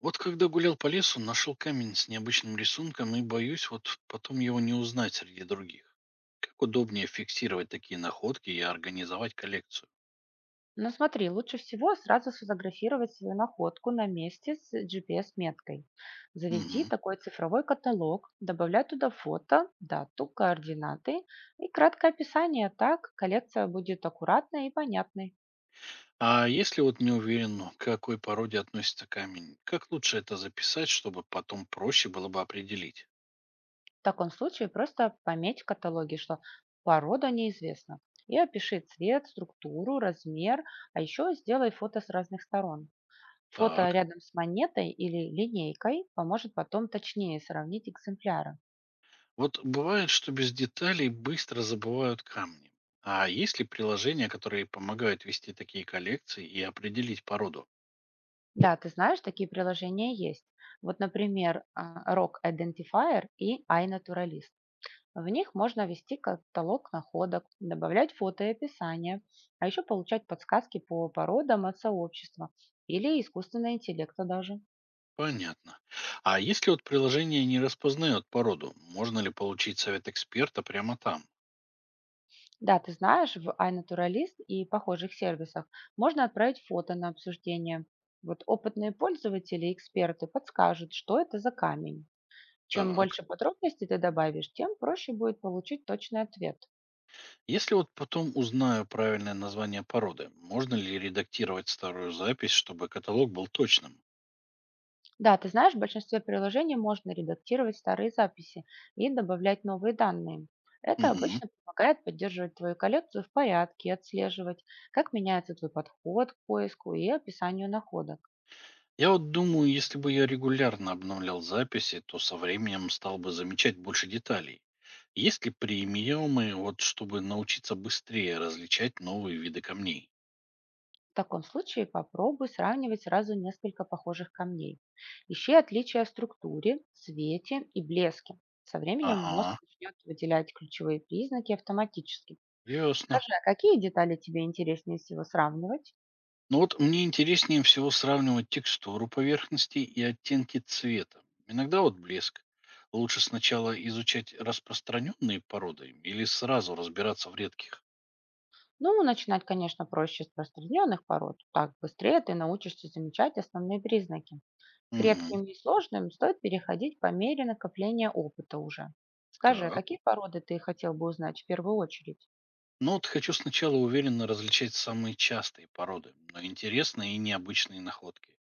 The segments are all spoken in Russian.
Вот когда гулял по лесу, нашел камень с необычным рисунком и боюсь вот потом его не узнать среди других. Как удобнее фиксировать такие находки и организовать коллекцию? Ну смотри, лучше всего сразу сфотографировать свою находку на месте с GPS-меткой. Заведи Мгм. такой цифровой каталог, добавляй туда фото, дату, координаты и краткое описание. Так коллекция будет аккуратной и понятной. А если вот не уверен, ну, к какой породе относится камень, как лучше это записать, чтобы потом проще было бы определить? В таком случае просто пометь в каталоге, что порода неизвестна. И опиши цвет, структуру, размер, а еще сделай фото с разных сторон. Фото Так, рядом с монетой или линейкой поможет потом точнее сравнить экземпляры. вот бывает, что без деталей быстро забывают камни. А есть ли приложения, которые помогают вести такие коллекции и определить породу? Да, ты знаешь, такие приложения есть. Вот, например, Rock Identifier и iNaturalist. В них можно вести каталог находок, добавлять фото и описание, а еще получать подсказки по породам от сообщества или искусственного интеллекта даже. Понятно. А если вот приложение не распознает породу, можно ли получить совет эксперта прямо там? Да, ты знаешь, в iNaturalist и похожих сервисах можно отправить фото на обсуждение. Вот опытные пользователи и эксперты подскажут, что это за камень. Чем Так. больше подробностей ты добавишь, тем проще будет получить точный ответ. Если вот потом узнаю правильное название породы, можно ли редактировать старую запись, чтобы каталог был точным? Да, ты знаешь, в большинстве приложений можно редактировать старые записи и добавлять новые данные. Это Мгм. обычно помогает поддерживать твою коллекцию в порядке и отслеживать, как меняется твой подход к поиску и описанию находок. Я вот думаю, если бы я регулярно обновлял записи, то со временем стал бы замечать больше деталей. Есть ли премиумы, вот чтобы научиться быстрее различать новые виды камней? В таком случае попробуй сравнивать сразу несколько похожих камней. Ищи отличия в структуре, цвете и блеске. Со временем мозг Ага, начнет выделять ключевые признаки автоматически. ясно. Скажи, а какие детали тебе интереснее всего сравнивать? Но вот мне интереснее всего сравнивать текстуру поверхности и оттенки цвета. Иногда вот блеск. Лучше сначала изучать распространенные породы или сразу разбираться в редких. Ну, начинать, конечно, проще с распространенных пород. Так быстрее ты научишься замечать основные признаки. К Мгм. редким и сложным стоит переходить по мере накопления опыта уже. Скажи, а Так. какие породы ты хотел бы узнать в первую очередь? Ну вот хочу сначала уверенно различать самые частые породы, но интересные и необычные находки.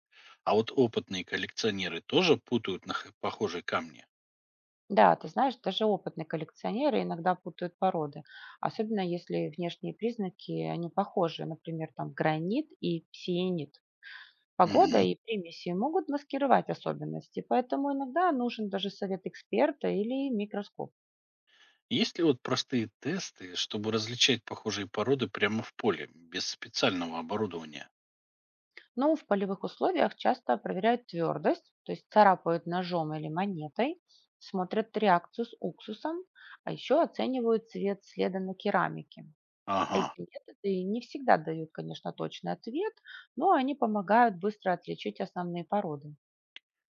А вот опытные коллекционеры тоже путают на х- похожие камни. Да, ты знаешь, даже опытные коллекционеры иногда путают породы, особенно если внешние признаки, они похожи, например, там гранит и псиенит. Погода Мгм. и примеси могут маскировать особенности, поэтому иногда нужен даже совет эксперта или микроскоп. Есть ли вот простые тесты, чтобы различать похожие породы прямо в поле, без специального оборудования? Ну, в полевых условиях часто проверяют твердость, то есть царапают ножом или монетой, смотрят реакцию с уксусом, а еще оценивают цвет следа на керамике. Ага. Эти методы не всегда дают, конечно, точный ответ, но они помогают быстро отличить основные породы.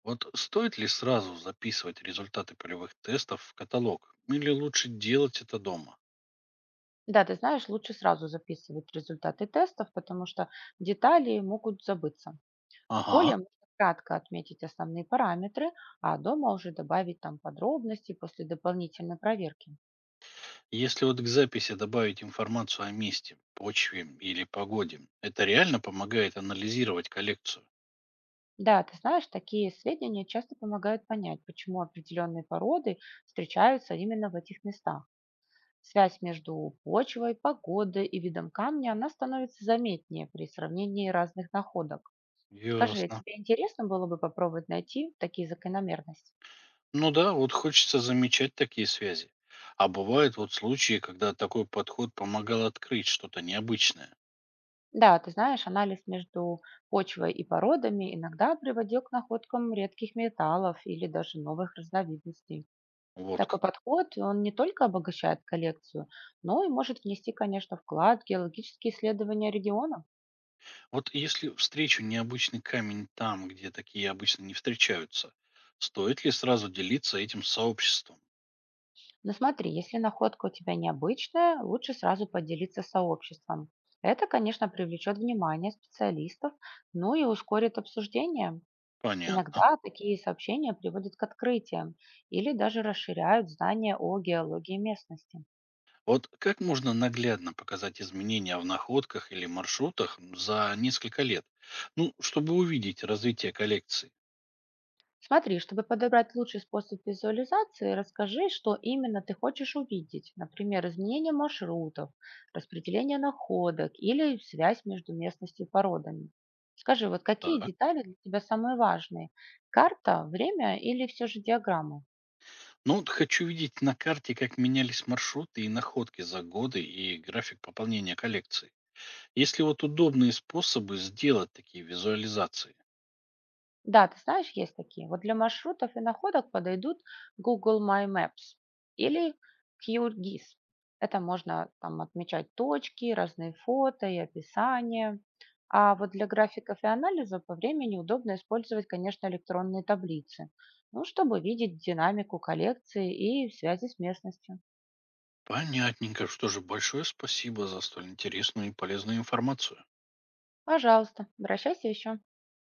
Вот стоит ли сразу записывать результаты полевых тестов в каталог? Или лучше делать это дома? Да, ты знаешь, лучше сразу записывать результаты тестов, потому что детали могут забыться. В поле Ага. можно кратко отметить основные параметры, а дома уже добавить там подробности после дополнительной проверки. Если вот к записи добавить информацию о месте, почве или погоде, это реально помогает анализировать коллекцию? Да, ты знаешь, такие сведения часто помогают понять, почему определенные породы встречаются именно в этих местах. Связь между почвой, погодой и видом камня, она становится заметнее при сравнении разных находок. Скажи, а Ясно. тебе интересно было бы попробовать найти такие закономерности? Ну да, вот хочется замечать такие связи. А бывают вот случаи, когда такой подход помогал открыть что-то необычное. Да, ты знаешь, анализ между почвой и породами иногда приводил к находкам редких металлов или даже новых разновидностей. Вот Такой как. подход, он не только обогащает коллекцию, но и может внести, конечно, вклад в геологические исследования региона. Вот если встречу необычный камень там, где такие обычно не встречаются, стоит ли сразу делиться этим с сообществом? Но смотри, если находка у тебя необычная, лучше сразу поделиться с сообществом. Это, конечно, привлечет внимание специалистов, ну и ускорит обсуждение. Понятно. Иногда такие сообщения приводят к открытиям или даже расширяют знания о геологии местности. Вот как можно наглядно показать изменения в находках или маршрутах за несколько лет? Ну, чтобы увидеть развитие коллекции. Смотри, чтобы подобрать лучший способ визуализации, расскажи, что именно ты хочешь увидеть. Например, изменение маршрутов, распределение находок или связь между местностью и породами. Скажи, вот какие Так. детали для тебя самые важные? Карта, время или все же диаграмма? Ну, вот хочу видеть на карте, как менялись маршруты и находки за годы и график пополнения коллекции. Есть ли вот удобные способы сделать такие визуализации? Да, ты знаешь, есть такие. Вот для маршрутов и находок подойдут Google My Maps или QGIS. Это можно там отмечать точки, разные фото и описания. А вот для графиков и анализа по времени удобно использовать, конечно, электронные таблицы, ну, чтобы видеть динамику коллекции и связи с местностью. Понятненько. Что же, большое спасибо за столь интересную и полезную информацию. Пожалуйста, обращайся еще.